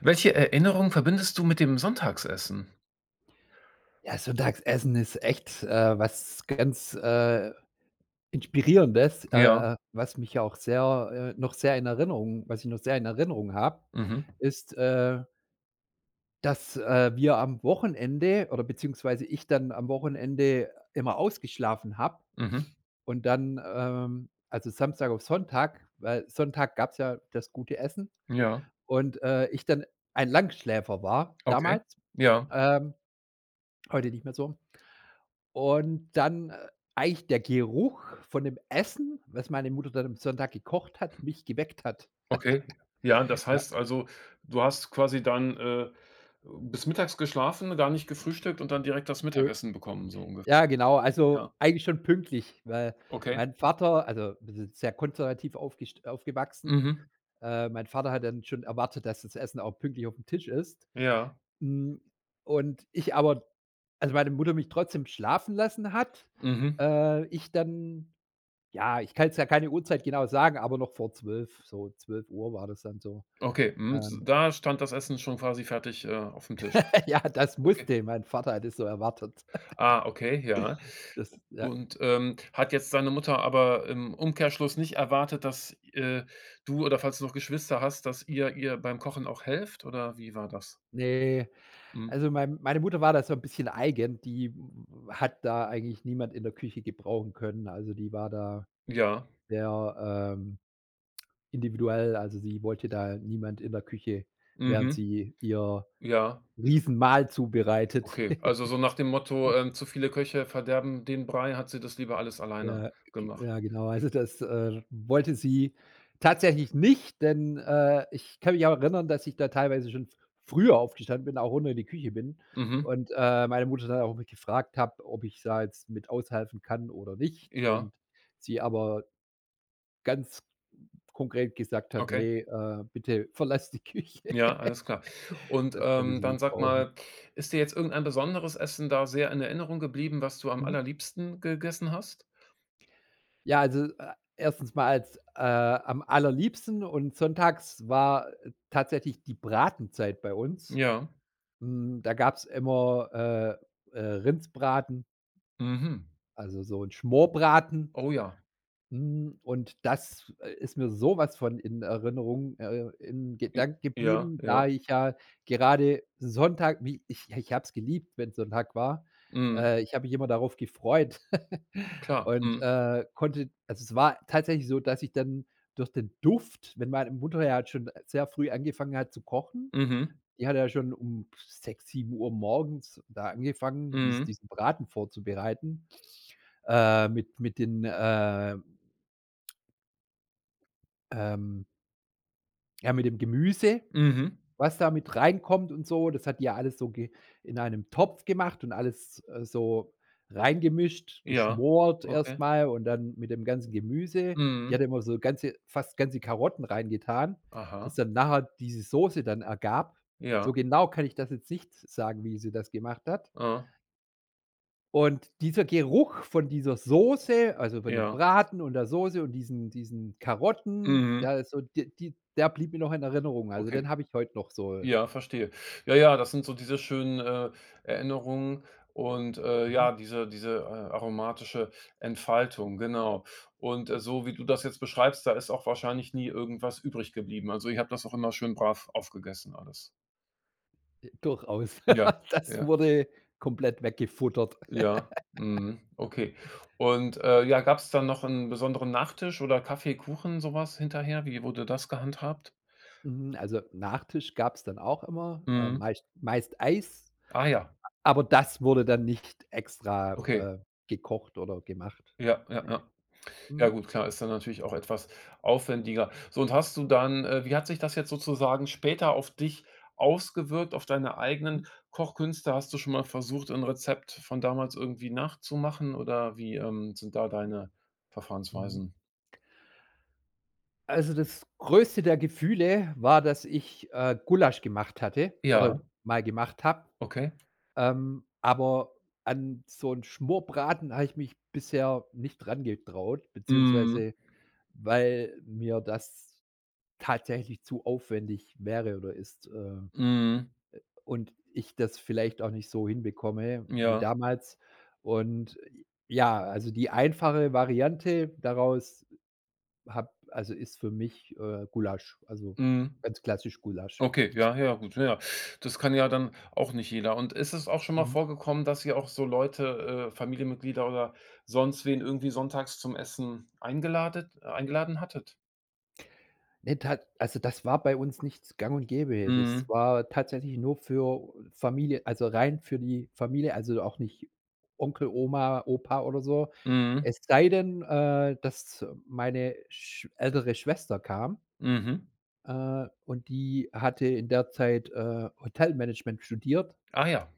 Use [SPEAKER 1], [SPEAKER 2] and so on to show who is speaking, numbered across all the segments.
[SPEAKER 1] Welche Erinnerung verbindest du mit dem Sonntagsessen?
[SPEAKER 2] Ja, Sonntagsessen ist echt, was ganz, Inspirierendes,
[SPEAKER 1] Ja.
[SPEAKER 2] was mich ja auch sehr noch sehr in Erinnerung was ich noch sehr in Erinnerung habe,
[SPEAKER 1] Mhm.
[SPEAKER 2] ist, dass, wir am Wochenende oder beziehungsweise ich dann am Wochenende immer ausgeschlafen habe
[SPEAKER 1] Mhm.
[SPEAKER 2] und dann, also Samstag auf Sonntag, weil Sonntag gab's ja das gute Essen
[SPEAKER 1] Ja.
[SPEAKER 2] und, ich dann ein Langschläfer war
[SPEAKER 1] Okay.
[SPEAKER 2] damals,
[SPEAKER 1] Ja.
[SPEAKER 2] ähm, heute nicht mehr so. Und dann, eigentlich der Geruch von dem Essen, was meine Mutter dann am Sonntag gekocht hat, mich geweckt hat.
[SPEAKER 1] Okay. Ja, das
[SPEAKER 2] Ja,
[SPEAKER 1] heißt also, du hast quasi dann, bis mittags geschlafen, gar nicht gefrühstückt und dann direkt das
[SPEAKER 2] äh,
[SPEAKER 1] Mittagessen bekommen, so ungefähr.
[SPEAKER 2] ja genau, also
[SPEAKER 1] Ja,
[SPEAKER 2] eigentlich schon pünktlich, weil
[SPEAKER 1] okay.
[SPEAKER 2] mein Vater also, wir sind sehr konservativ aufgest aufgewachsen.
[SPEAKER 1] Mhm.
[SPEAKER 2] Mein Vater hat dann schon erwartet, dass das Essen auch pünktlich auf dem Tisch ist.
[SPEAKER 1] Ja.
[SPEAKER 2] Hm, und ich aber also, meine Mutter mich trotzdem schlafen lassen hat,
[SPEAKER 1] Mhm.
[SPEAKER 2] ich dann ja, ich kann es ja keine Uhrzeit genau sagen, aber noch vor 12, so 12 Uhr war das dann so.
[SPEAKER 1] Okay, mhm, s
[SPEAKER 2] Ähm,
[SPEAKER 1] da stand das Essen schon quasi fertig, auf dem Tisch.
[SPEAKER 2] ja, das
[SPEAKER 1] Okay.
[SPEAKER 2] musste. Mein Vater hat es so erwartet.
[SPEAKER 1] Ah, okay, ja.
[SPEAKER 2] Das ja,
[SPEAKER 1] Und, hat jetzt deine Mutter aber im Umkehrschluss nicht erwartet, dass, du oder falls du noch Geschwister hast, dass ihr beim Kochen auch helft oder wie war das?
[SPEAKER 2] ne,
[SPEAKER 1] Mhm.
[SPEAKER 2] also meine Mutter war da so ein bisschen eigen, die w hat da eigentlich niemand in der Küche gebrauchen können. Also, die war da
[SPEAKER 1] Ja.
[SPEAKER 2] sehr, ähm, individuell. Also, sie wollte da niemand in der Küche, während
[SPEAKER 1] Mhm.
[SPEAKER 2] sie ihr
[SPEAKER 1] Ja.
[SPEAKER 2] Riesenmahl zubereitet.
[SPEAKER 1] Okay. Also, so nach dem Motto, „Zu viele Köche verderben den Brei“, hat sie das lieber alles alleine
[SPEAKER 2] Ja, g
[SPEAKER 1] gemacht.
[SPEAKER 2] ja genau. Also, das, wollte sie tatsächlich nicht, denn, ich kann mich auch erinnern, dass ich da teilweise schon f früher aufgestanden bin, auch runter in die Küche bin
[SPEAKER 1] Mhm.
[SPEAKER 2] und, meine Mutter dann auch mich gefragt habe, ob ich da jetzt mit aushelfen kann oder nicht
[SPEAKER 1] Ja.
[SPEAKER 2] und sie aber ganz konkret gesagt hat:
[SPEAKER 1] Okay.
[SPEAKER 2] nee, bitte verlass die Küche.“
[SPEAKER 1] Ja, alles klar. Und,
[SPEAKER 2] Das konnte sie
[SPEAKER 1] dann
[SPEAKER 2] nicht
[SPEAKER 1] sag
[SPEAKER 2] brauchen.
[SPEAKER 1] mal, ist dir jetzt irgendein besonderes Essen da sehr in Erinnerung geblieben, was du am
[SPEAKER 2] Mhm.
[SPEAKER 1] allerliebsten gegessen hast?
[SPEAKER 2] Ja, also, erstens mal als am allerliebsten und sonntags war tatsächlich die Bratenzeit bei uns.
[SPEAKER 1] Ja.
[SPEAKER 2] Da gab's immer, Rindsbraten,
[SPEAKER 1] Mhm.
[SPEAKER 2] also so ein Schmorbraten,
[SPEAKER 1] Oh ja.
[SPEAKER 2] und das, ist mir sowas von in Erinnerung, in
[SPEAKER 1] I
[SPEAKER 2] Gedanken
[SPEAKER 1] ja,
[SPEAKER 2] geblieben,
[SPEAKER 1] ja.
[SPEAKER 2] da ich ja ich habe es geliebt, wenn Sonntag war.
[SPEAKER 1] Mhm.
[SPEAKER 2] Ich habe mich immer darauf gefreut
[SPEAKER 1] Klar.
[SPEAKER 2] und,
[SPEAKER 1] Mhm.
[SPEAKER 2] konnte also, es war tatsächlich so, dass ich dann durch den Duft, wenn meine Mutter ja schon sehr früh angefangen hat zu kochen,
[SPEAKER 1] Mhm.
[SPEAKER 2] die hat ja schon um 6, 7 Uhr morgens da angefangen,
[SPEAKER 1] Mhm.
[SPEAKER 2] diesen Braten vorzubereiten, mit ähm Ja, mit dem Gemüse,
[SPEAKER 1] Mhm.
[SPEAKER 2] was da mit reinkommt und so, das hat die ja alles so ge in einem Topf gemacht und alles, so reingemischt,
[SPEAKER 1] Ja.
[SPEAKER 2] geschmort
[SPEAKER 1] Okay.
[SPEAKER 2] erst mal und dann mit dem ganzen Gemüse. Die
[SPEAKER 1] Mhm.
[SPEAKER 2] hat immer so ganze fast ganze Karotten reingetan, dass
[SPEAKER 1] Aha.
[SPEAKER 2] dann nachher diese Soße dann ergab.
[SPEAKER 1] Ja.
[SPEAKER 2] So genau kann ich das jetzt nicht sagen, wie sie das gemacht hat.
[SPEAKER 1] Ah.
[SPEAKER 2] Und dieser Geruch von dieser Soße, also von dem
[SPEAKER 1] Ja.
[SPEAKER 2] Braten und der Soße und diesen Karotten,
[SPEAKER 1] Mhm.
[SPEAKER 2] ja, ist so die die der blieb mir noch in Erinnerung. Also,
[SPEAKER 1] Okay.
[SPEAKER 2] den habe ich heute noch so
[SPEAKER 1] Ja, verstehe. Ja, ja, das sind so diese schönen, Erinnerungen und,
[SPEAKER 2] mhm,
[SPEAKER 1] ja, diese, aromatische Entfaltung, genau. Und, so wie du das jetzt beschreibst, da ist auch wahrscheinlich nie irgendwas übrig geblieben. Also, ihr habt das auch immer schön brav aufgegessen alles.
[SPEAKER 2] durchaus.
[SPEAKER 1] Ja,
[SPEAKER 2] Das
[SPEAKER 1] ja.
[SPEAKER 2] wurde komplett weggefuttert.
[SPEAKER 1] Ja, mhm, okay. Und, ja, gab es dann noch einen besonderen Nachtisch oder Kaffee, Kuchen, so hinterher? Wie wurde das gehandhabt?
[SPEAKER 2] Mhm, also, Nachtisch gab's dann auch immer,
[SPEAKER 1] Mhm.
[SPEAKER 2] meist Eis,
[SPEAKER 1] Ah ja,
[SPEAKER 2] aber das wurde dann nicht extra,
[SPEAKER 1] okay.
[SPEAKER 2] äh, gekocht oder gemacht.
[SPEAKER 1] Ja, ja,
[SPEAKER 2] Ne.
[SPEAKER 1] ja. Ja
[SPEAKER 2] Mhm.
[SPEAKER 1] gut, klar, ist dann natürlich auch etwas aufwendiger. So, und hast du dann wie hat sich das jetzt sozusagen später auf dich ausgewirkt, auf deine
[SPEAKER 2] Mhm.
[SPEAKER 1] eigenen Kochkünste? Hast du schon mal versucht, ein Rezept von damals irgendwie nachzumachen oder wie, sind da deine
[SPEAKER 2] Mhm.
[SPEAKER 1] Verfahrensweisen?
[SPEAKER 2] Also, das größte der Gefühle war, dass ich, Gulasch gemacht hatte oder
[SPEAKER 1] Ja,
[SPEAKER 2] mal gemacht habe.
[SPEAKER 1] okay.
[SPEAKER 2] Aber an so 'n Schmorbraten habe ich mich bisher nicht rangetraut,
[SPEAKER 1] Mhm,
[SPEAKER 2] beziehungsweise weil mir das tatsächlich zu aufwendig wäre oder ist,
[SPEAKER 1] mhm,
[SPEAKER 2] und ich das vielleicht auch nicht so hinbekomme wie
[SPEAKER 1] ja.
[SPEAKER 2] damals. Und, ja, also, die einfache Variante daraus habe also ist für mich, Gulasch, also
[SPEAKER 1] Mhm.
[SPEAKER 2] ganz klassisch Gulasch.
[SPEAKER 1] Okay, ja, ja, gut, ja. Das kann ja dann auch nicht jeder. Und ist es auch schon mal
[SPEAKER 2] Mhm.
[SPEAKER 1] vorgekommen, dass ihr auch so Leute, Familienmitglieder oder sonst wen irgendwie sonntags zum Essen eingeladet eingeladen hattet?
[SPEAKER 2] Ne, tat also das war bei uns nicht gang und gäbe. Das
[SPEAKER 1] Mhm.
[SPEAKER 2] war tatsächlich nur für Familie, also rein für die Familie, also auch nicht Onkel, Oma, Opa oder so.
[SPEAKER 1] Mhm.
[SPEAKER 2] Es sei denn, dass meine sch ältere Schwester kam,
[SPEAKER 1] Mhm.
[SPEAKER 2] und die hatte in der Zeit, Hotelmanagement studiert.
[SPEAKER 1] Ah ja,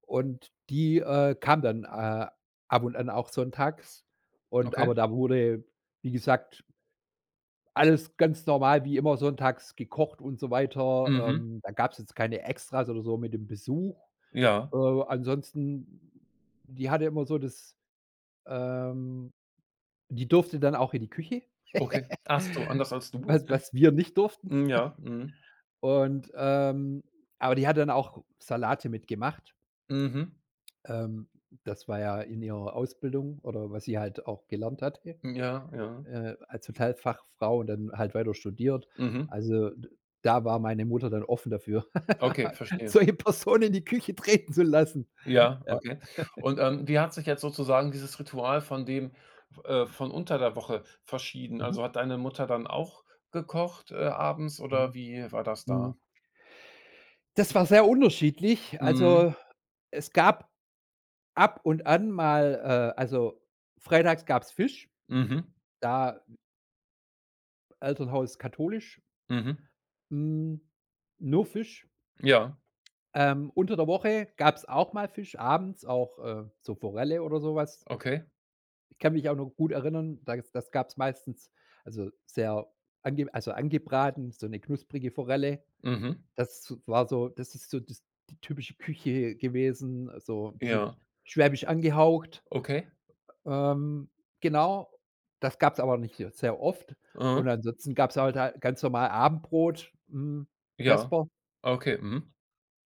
[SPEAKER 2] Und die, kam dann, ab und an auch sonntags und
[SPEAKER 1] okay.
[SPEAKER 2] aber da wurde, wie gesagt, alles ganz normal wie immer sonntags gekocht und so weiter.
[SPEAKER 1] Mhm.
[SPEAKER 2] Da gab es jetzt keine Extras oder so mit dem Besuch.
[SPEAKER 1] Ja,
[SPEAKER 2] Äh, Ansonsten, die hatte immer so das ähm, die durfte dann auch in die Küche,
[SPEAKER 1] okay. Ach so, anders als du,
[SPEAKER 2] was
[SPEAKER 1] okay.
[SPEAKER 2] was wir nicht durften
[SPEAKER 1] Mhm, ja, mhm.
[SPEAKER 2] und, aber die hat dann auch Salate mitgemacht.
[SPEAKER 1] Mhm.
[SPEAKER 2] Ähm, Das war ja in ihrer Ausbildung oder was sie halt auch gelernt hatte,
[SPEAKER 1] Ja, ja.
[SPEAKER 2] als Hotelfachfrau und dann halt weiter studiert.
[SPEAKER 1] Mhm.
[SPEAKER 2] Also, d da war meine Mutter dann offen dafür,
[SPEAKER 1] Okay, verstehe.
[SPEAKER 2] solche Personen in die Küche treten zu lassen.
[SPEAKER 1] Ja,
[SPEAKER 2] Ja.
[SPEAKER 1] okay. Und, wie hat sich jetzt sozusagen dieses Ritual von dem von unter der Woche verschieden?
[SPEAKER 2] Mhm.
[SPEAKER 1] Also, hat deine Mutter dann auch gekocht, abends oder
[SPEAKER 2] Mhm.
[SPEAKER 1] wie war das
[SPEAKER 2] Mhm.
[SPEAKER 1] da?
[SPEAKER 2] Das war sehr unterschiedlich.
[SPEAKER 1] Mhm.
[SPEAKER 2] Also, es gab ab und an mal also, freitags gab's Fisch,
[SPEAKER 1] Mhm.
[SPEAKER 2] da Elternhaus katholisch,
[SPEAKER 1] Mhm.
[SPEAKER 2] hm, nur Fisch.
[SPEAKER 1] Ja,
[SPEAKER 2] Unter der Woche gab es auch mal Fisch, abends auch, so Forelle oder sowas.
[SPEAKER 1] okay.
[SPEAKER 2] Ich kann mich auch noch gut erinnern, das gab es meistens, also, sehr angebraten, so eine knusprige Forelle.
[SPEAKER 1] Mhm.
[SPEAKER 2] Das war so das ist so das die typische Küche gewesen, so 'n bisschen
[SPEAKER 1] Ja.
[SPEAKER 2] schwäbisch angehaucht.
[SPEAKER 1] Okay.
[SPEAKER 2] Ähm, genau, das gab es aber nicht so sehr oft.
[SPEAKER 1] Mhm.
[SPEAKER 2] Und ansonsten gab's halt ganz normal Abendbrot,
[SPEAKER 1] Ja.
[SPEAKER 2] Vesper.
[SPEAKER 1] Okay. Mhm.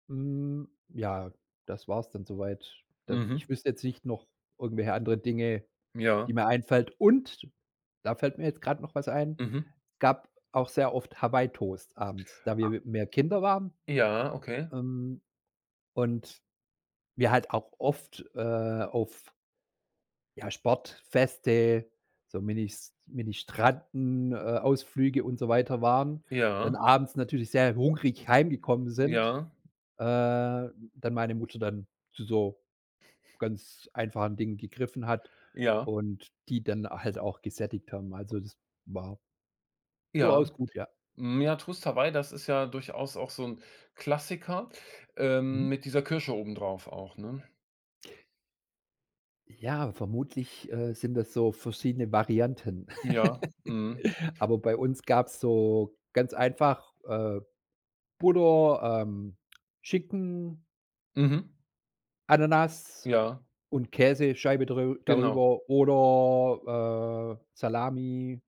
[SPEAKER 2] Ja, das war's dann soweit. Da
[SPEAKER 1] Mhm.
[SPEAKER 2] ich wüsste jetzt nicht noch irgendwelche andere Dinge,
[SPEAKER 1] Ja.
[SPEAKER 2] die mir einfällt, und da fällt mir jetzt grad noch was ein:
[SPEAKER 1] Mhm.
[SPEAKER 2] gab auch sehr oft Hawaii-Toast abends, da wir mehr Kinder waren,
[SPEAKER 1] Ja, okay.
[SPEAKER 2] ähm, und wir halt auch oft, auf, ja, Sportfeste, so Minis Mini-Stranden, Ausflüge und so weiter waren, dann
[SPEAKER 1] Ja.
[SPEAKER 2] abends natürlich sehr hungrig heimgekommen sind,
[SPEAKER 1] Ja.
[SPEAKER 2] dann meine Mutter dann zu so ganz einfachen Dingen gegriffen hat
[SPEAKER 1] Ja.
[SPEAKER 2] und die dann halt auch gesättigt haben. Also, das war
[SPEAKER 1] Ja.
[SPEAKER 2] durchaus gut, ja.
[SPEAKER 1] Hm, ja, Trust Hawaii, das ist ja durchaus auch so ein Klassiker,
[SPEAKER 2] Mhm.
[SPEAKER 1] mit dieser Kirsche obendrauf auch, ne?
[SPEAKER 2] Ja, vermutlich, sind das so verschiedene Varianten.
[SPEAKER 1] Ja, mhm.
[SPEAKER 2] Aber bei uns gab's so ganz einfach, Butter, Schinken,
[SPEAKER 1] Mhm.
[SPEAKER 2] Ananas
[SPEAKER 1] Ja,
[SPEAKER 2] und Käsescheibe
[SPEAKER 1] genau.
[SPEAKER 2] darüber oder, Salami,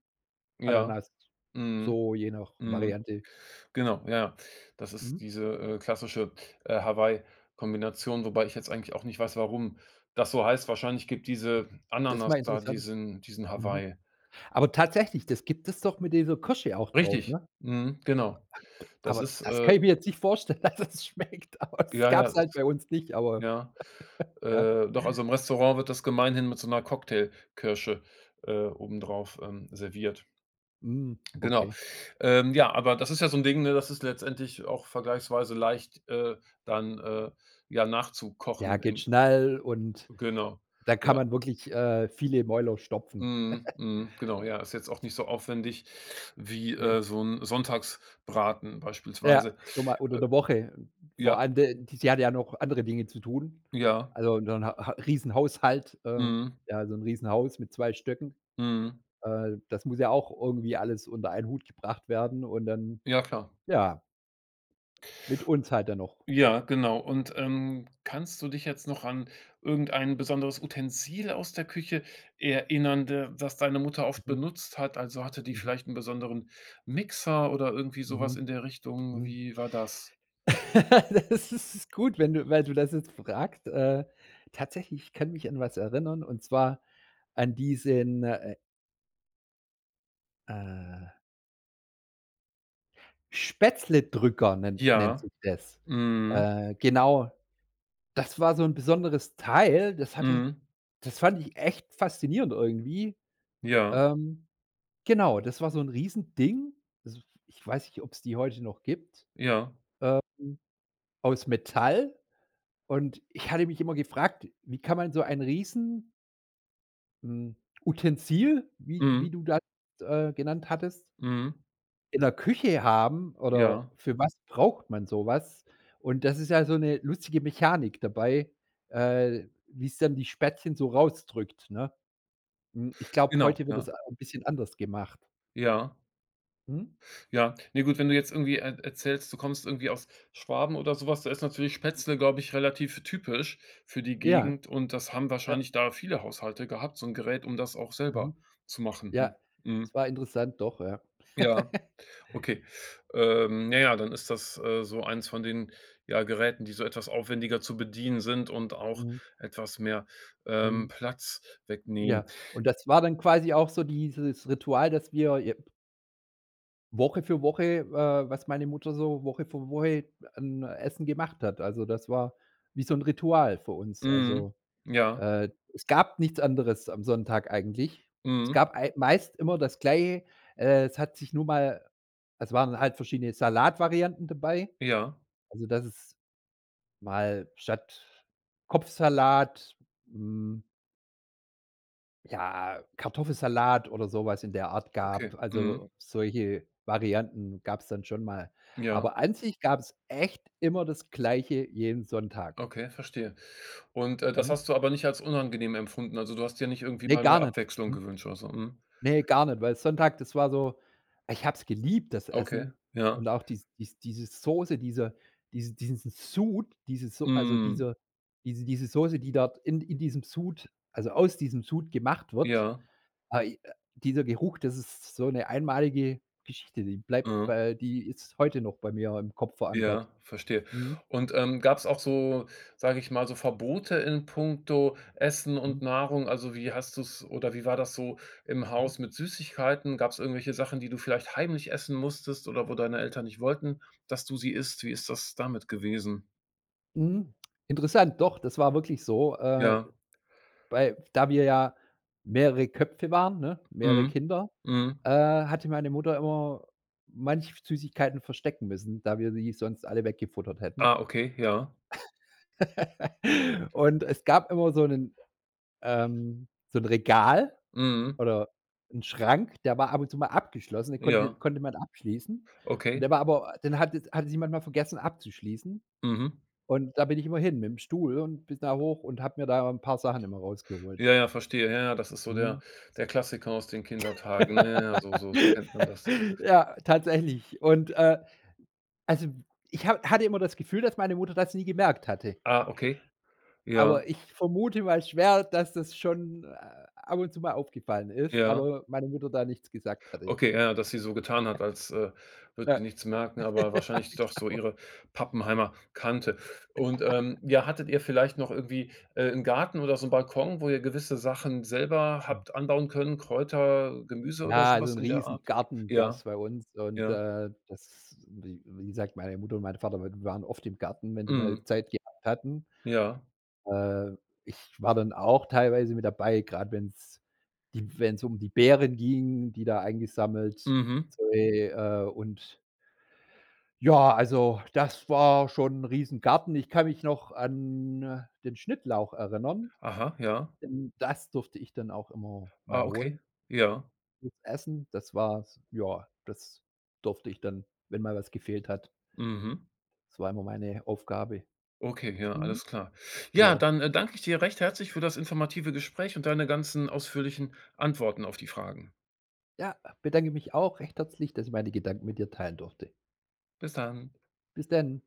[SPEAKER 1] Ja.
[SPEAKER 2] Ananas,
[SPEAKER 1] Mhm.
[SPEAKER 2] so je nach
[SPEAKER 1] Mhm.
[SPEAKER 2] Variante.
[SPEAKER 1] Genau, ja, ja. Das ist
[SPEAKER 2] Mhm.
[SPEAKER 1] diese, klassische, Hawaii-Kombination, wobei ich jetzt eigentlich auch nicht weiß, warum das so heißt. Wahrscheinlich gibt diese
[SPEAKER 2] Das ist
[SPEAKER 1] Ananas
[SPEAKER 2] mal
[SPEAKER 1] da
[SPEAKER 2] interessant.
[SPEAKER 1] diesen
[SPEAKER 2] Mhm.
[SPEAKER 1] Hawaii.
[SPEAKER 2] Aber tatsächlich, das gibt es doch mit dieser Kirsche auch drauf,
[SPEAKER 1] Richtig.
[SPEAKER 2] ne?
[SPEAKER 1] Mhm, genau. Das
[SPEAKER 2] Aber
[SPEAKER 1] ist,
[SPEAKER 2] das kann ich mir jetzt nicht vorstellen, dass es schmeckt, aber das
[SPEAKER 1] ja, ja,
[SPEAKER 2] gab's halt
[SPEAKER 1] das
[SPEAKER 2] bei uns nicht, aber
[SPEAKER 1] ja.
[SPEAKER 2] ja,
[SPEAKER 1] Doch, also im Restaurant wird das gemeinhin mit so 'ner Cocktailkirsche, obendrauf, serviert.
[SPEAKER 2] hm,
[SPEAKER 1] Genau.
[SPEAKER 2] okay.
[SPEAKER 1] Ja, aber das ist ja so 'n Ding, ne, das ist letztendlich auch vergleichsweise leicht, dann, ja,
[SPEAKER 2] Ja,
[SPEAKER 1] nachzukochen
[SPEAKER 2] geht
[SPEAKER 1] in
[SPEAKER 2] schnell und
[SPEAKER 1] genau.
[SPEAKER 2] da kann
[SPEAKER 1] Ja.
[SPEAKER 2] man wirklich, viele Mäuler stopfen.
[SPEAKER 1] Mhm, mhm, genau, ja. Ist jetzt auch nicht so aufwendig wie,
[SPEAKER 2] Äh,
[SPEAKER 1] so 'n Sonntagsbraten
[SPEAKER 2] ja,
[SPEAKER 1] beispielsweise.
[SPEAKER 2] so mal unter der Woche.
[SPEAKER 1] Ja,
[SPEAKER 2] Vor allem de die sie hatte ja noch andere Dinge zu tun.
[SPEAKER 1] ja.
[SPEAKER 2] Also, so dann ha ha Riesenhaushalt,
[SPEAKER 1] Mhm,
[SPEAKER 2] ja, so 'n Riesenhaus mit 2 Stöcken.
[SPEAKER 1] mhm.
[SPEAKER 2] Das muss ja auch irgendwie alles unter einen Hut gebracht werden und dann,
[SPEAKER 1] Ja, klar.
[SPEAKER 2] ja, mit uns halt dann noch.
[SPEAKER 1] Ja, genau. Und, kannst du dich jetzt noch an irgendein besonderes Utensil aus der Küche erinnern, de das deine Mutter oft
[SPEAKER 2] Mhm,
[SPEAKER 1] benutzt hat? Also, hatte die
[SPEAKER 2] mhm,
[SPEAKER 1] vielleicht einen besonderen Mixer oder irgendwie sowas
[SPEAKER 2] mhm,
[SPEAKER 1] in der Richtung?
[SPEAKER 2] mhm.
[SPEAKER 1] Wie war das?
[SPEAKER 2] Das ist gut, wenn du weil du das jetzt fragst. Tatsächlich, ich kann mich an was erinnern und zwar an diesen, äh, Spätzle-Drücker, nennt
[SPEAKER 1] Ja.
[SPEAKER 2] sich das.
[SPEAKER 1] Mhm.
[SPEAKER 2] Genau, das war so ein besonderes Teil,
[SPEAKER 1] Mhm.
[SPEAKER 2] das fand ich echt faszinierend irgendwie.
[SPEAKER 1] Ja.
[SPEAKER 2] Ähm, genau, das war so ein Riesending. Also, ich weiß nicht, ob es die heute noch gibt,
[SPEAKER 1] Ja.
[SPEAKER 2] aus Metall. Und ich hatte mich immer gefragt, wie kann man so ein riesen, hm, Utensil, wie
[SPEAKER 1] Mhm.
[SPEAKER 2] du das, genannt hattest,
[SPEAKER 1] Mhm.
[SPEAKER 2] in der Küche haben oder
[SPEAKER 1] Ja.
[SPEAKER 2] für was braucht man so was? Und das ist ja so 'ne lustige Mechanik dabei, wie's dann die Spättchen so rausdrückt, ne? Ich glaube,
[SPEAKER 1] Genau.
[SPEAKER 2] heute wird das
[SPEAKER 1] Ja.
[SPEAKER 2] a 'n bisschen anders gemacht.
[SPEAKER 1] Ja.
[SPEAKER 2] Mhm.
[SPEAKER 1] Ja, ne, gut, wenn du jetzt irgendwie er erzählst, du kommst irgendwie aus Schwaben oder so was, da ist natürlich Spätzle, glaube ich, relativ typisch für die
[SPEAKER 2] Ja,
[SPEAKER 1] Gegend und das haben
[SPEAKER 2] ja,
[SPEAKER 1] wahrscheinlich da viele Haushalte gehabt, so 'n Gerät, um das auch selber
[SPEAKER 2] mhm.
[SPEAKER 1] zu machen. Mhm.
[SPEAKER 2] Ja,
[SPEAKER 1] Mhm.
[SPEAKER 2] es war interessant, doch, ja.
[SPEAKER 1] Ja, okay. Na ja, dann ist das, so eins von den, ja, Geräten, die so etwas aufwendiger zu bedienen sind und auch
[SPEAKER 2] Mhm,
[SPEAKER 1] etwas mehr,
[SPEAKER 2] mhm.
[SPEAKER 1] Platz wegnehmen.
[SPEAKER 2] Ja, und das war dann quasi auch so dieses Ritual, dass wir je Woche für Woche, was meine Mutter so Woche für Woche an Essen gemacht hat. Also, das war wie so ein Ritual für uns.
[SPEAKER 1] Mhm.
[SPEAKER 2] Also,
[SPEAKER 1] Ja.
[SPEAKER 2] äh, es gab nichts anderes am Sonntag eigentlich. Es
[SPEAKER 1] Mhm.
[SPEAKER 2] gab ei meist immer das Gleiche. Es hat sich nur mal Es waren halt verschiedene Salatvarianten dabei.
[SPEAKER 1] Ja.
[SPEAKER 2] Also, das ist mal statt Kopfsalat, hm Ja, Kartoffelsalat oder sowas in der Art gab.
[SPEAKER 1] Okay. Mhm.
[SPEAKER 2] Also, solche Varianten gab es dann schon mal.
[SPEAKER 1] Ja.
[SPEAKER 2] Aber an sich gab es echt immer das Gleiche jeden Sonntag.
[SPEAKER 1] Okay, verstehe. Und, das
[SPEAKER 2] Mhm.
[SPEAKER 1] hast du aber nicht als unangenehm empfunden? Also, du hast dir nicht irgendwie
[SPEAKER 2] Ne,
[SPEAKER 1] mal
[SPEAKER 2] gar
[SPEAKER 1] mehr
[SPEAKER 2] nicht.
[SPEAKER 1] Abwechslung
[SPEAKER 2] Mhm.
[SPEAKER 1] gewünscht oder so? Mhm.
[SPEAKER 2] Ne, gar nicht, weil Sonntag, das war so, ich habe es geliebt, das
[SPEAKER 1] Okay,
[SPEAKER 2] Essen
[SPEAKER 1] ja.
[SPEAKER 2] und auch diese Soße, diesen Sud, diese So also,
[SPEAKER 1] Mhm.
[SPEAKER 2] diese Soße, die dort in diesem Sud, also aus diesem Sud gemacht wird,
[SPEAKER 1] Ja,
[SPEAKER 2] Ah, i dieser Geruch, das ist so eine einmalige Geschichte,
[SPEAKER 1] mhm.
[SPEAKER 2] die ist heute noch bei mir im Kopf verankert.
[SPEAKER 1] Ja, verstehe.
[SPEAKER 2] Mhm,
[SPEAKER 1] Und, gab es auch so, sage ich mal, so Verbote in puncto Essen und
[SPEAKER 2] mhm,
[SPEAKER 1] Nahrung? Also, wie hast du's oder wie war das so im
[SPEAKER 2] mhm,
[SPEAKER 1] Haus mit Süßigkeiten? Gab es irgendwelche Sachen, die du vielleicht heimlich essen musstest oder wo deine Eltern nicht wollten, dass du sie isst? Wie ist das damit gewesen?
[SPEAKER 2] mhm. Interessant, doch, das war wirklich so.
[SPEAKER 1] Ja.
[SPEAKER 2] Bei Da wir ja mehrere Köpfe waren, ne,
[SPEAKER 1] Mhm.
[SPEAKER 2] mehrere Kinder,
[SPEAKER 1] Mhm.
[SPEAKER 2] hatte meine Mutter immer manche Süßigkeiten verstecken müssen, da wir sie sonst alle weggefuttert hätten.
[SPEAKER 1] Ah, okay, ja.
[SPEAKER 2] Und es gab immer so 'nen so ein Regal
[SPEAKER 1] Mhm.
[SPEAKER 2] oder 'n Schrank, der war ab und zu mal abgeschlossen, den konnte
[SPEAKER 1] Ja,
[SPEAKER 2] konnte man abschließen. Und
[SPEAKER 1] okay.
[SPEAKER 2] der war aber den hatte es jemand mal vergessen abzuschließen.
[SPEAKER 1] Mhm.
[SPEAKER 2] Und da bin ich immer hin mit'm Stuhl und bin da hoch und habe mir da 'n paar Sachen immer
[SPEAKER 1] Ja,
[SPEAKER 2] rausgeholt.
[SPEAKER 1] ja, verstehe. Ja, ja, das ist so der
[SPEAKER 2] Mhm.
[SPEAKER 1] der Klassiker aus den Kindertagen. Ne? Ja, ja, so so so kennt man das.
[SPEAKER 2] Ja, tatsächlich. Und, also, ich ha hatte immer das Gefühl, dass meine Mutter das nie gemerkt hatte.
[SPEAKER 1] Ah, okay. Ja,
[SPEAKER 2] Aber ich vermute mal schwer, dass das schon, ab und zu mal aufgefallen ist,
[SPEAKER 1] ja.
[SPEAKER 2] aber meine Mutter da nichts gesagt hatte.
[SPEAKER 1] Okay, ja, ja, dass sie so getan hat, als, würde sie
[SPEAKER 2] Ja.
[SPEAKER 1] nichts merken, aber wahrscheinlich doch so ihre Pappenheimer kannte. Und, ja, hattet ihr vielleicht noch irgendwie, 'n Garten oder so einen Balkon, wo ihr gewisse Sachen selber
[SPEAKER 2] Ja.
[SPEAKER 1] habt anbauen können, Kräuter, Gemüse oder
[SPEAKER 2] Ja, also
[SPEAKER 1] sowas
[SPEAKER 2] 'n
[SPEAKER 1] in der
[SPEAKER 2] riesen
[SPEAKER 1] Art?
[SPEAKER 2] Garten
[SPEAKER 1] Ja,
[SPEAKER 2] gab's bei uns und,
[SPEAKER 1] ja.
[SPEAKER 2] das wie gesagt, meine Mutter und mein Vater, wir waren oft im Garten, wenn sie mal
[SPEAKER 1] Mhm.
[SPEAKER 2] Zeit gehabt hatten.
[SPEAKER 1] Ja.
[SPEAKER 2] Äh, Ich war dann auch teilweise mit dabei, grad wenn's um die Beeren ging, die da eingesammelt,
[SPEAKER 1] Mhm.
[SPEAKER 2] so, und ja, also das war schon 'n riesen Garten. Ich kann mich noch an den Schnittlauch erinnern,
[SPEAKER 1] Aha, ja.
[SPEAKER 2] denn das durfte ich dann auch immer
[SPEAKER 1] Ah,
[SPEAKER 2] mal
[SPEAKER 1] okay.
[SPEAKER 2] holen.
[SPEAKER 1] Ja.
[SPEAKER 2] Gutes Essen, das war Ja, das durfte ich dann, wenn mal was gefehlt hat.
[SPEAKER 1] Mhm.
[SPEAKER 2] Das war immer meine Aufgabe.
[SPEAKER 1] Okay, ja,
[SPEAKER 2] Mhm.
[SPEAKER 1] alles klar. Ja,
[SPEAKER 2] Ja.
[SPEAKER 1] dann, danke ich dir recht herzlich für das informative Gespräch und deine ganzen ausführlichen Antworten auf die Fragen.
[SPEAKER 2] Ja, bedanke mich auch recht herzlich, dass ich meine Gedanken mit dir teilen durfte.
[SPEAKER 1] Bis dann.
[SPEAKER 2] Bis dann.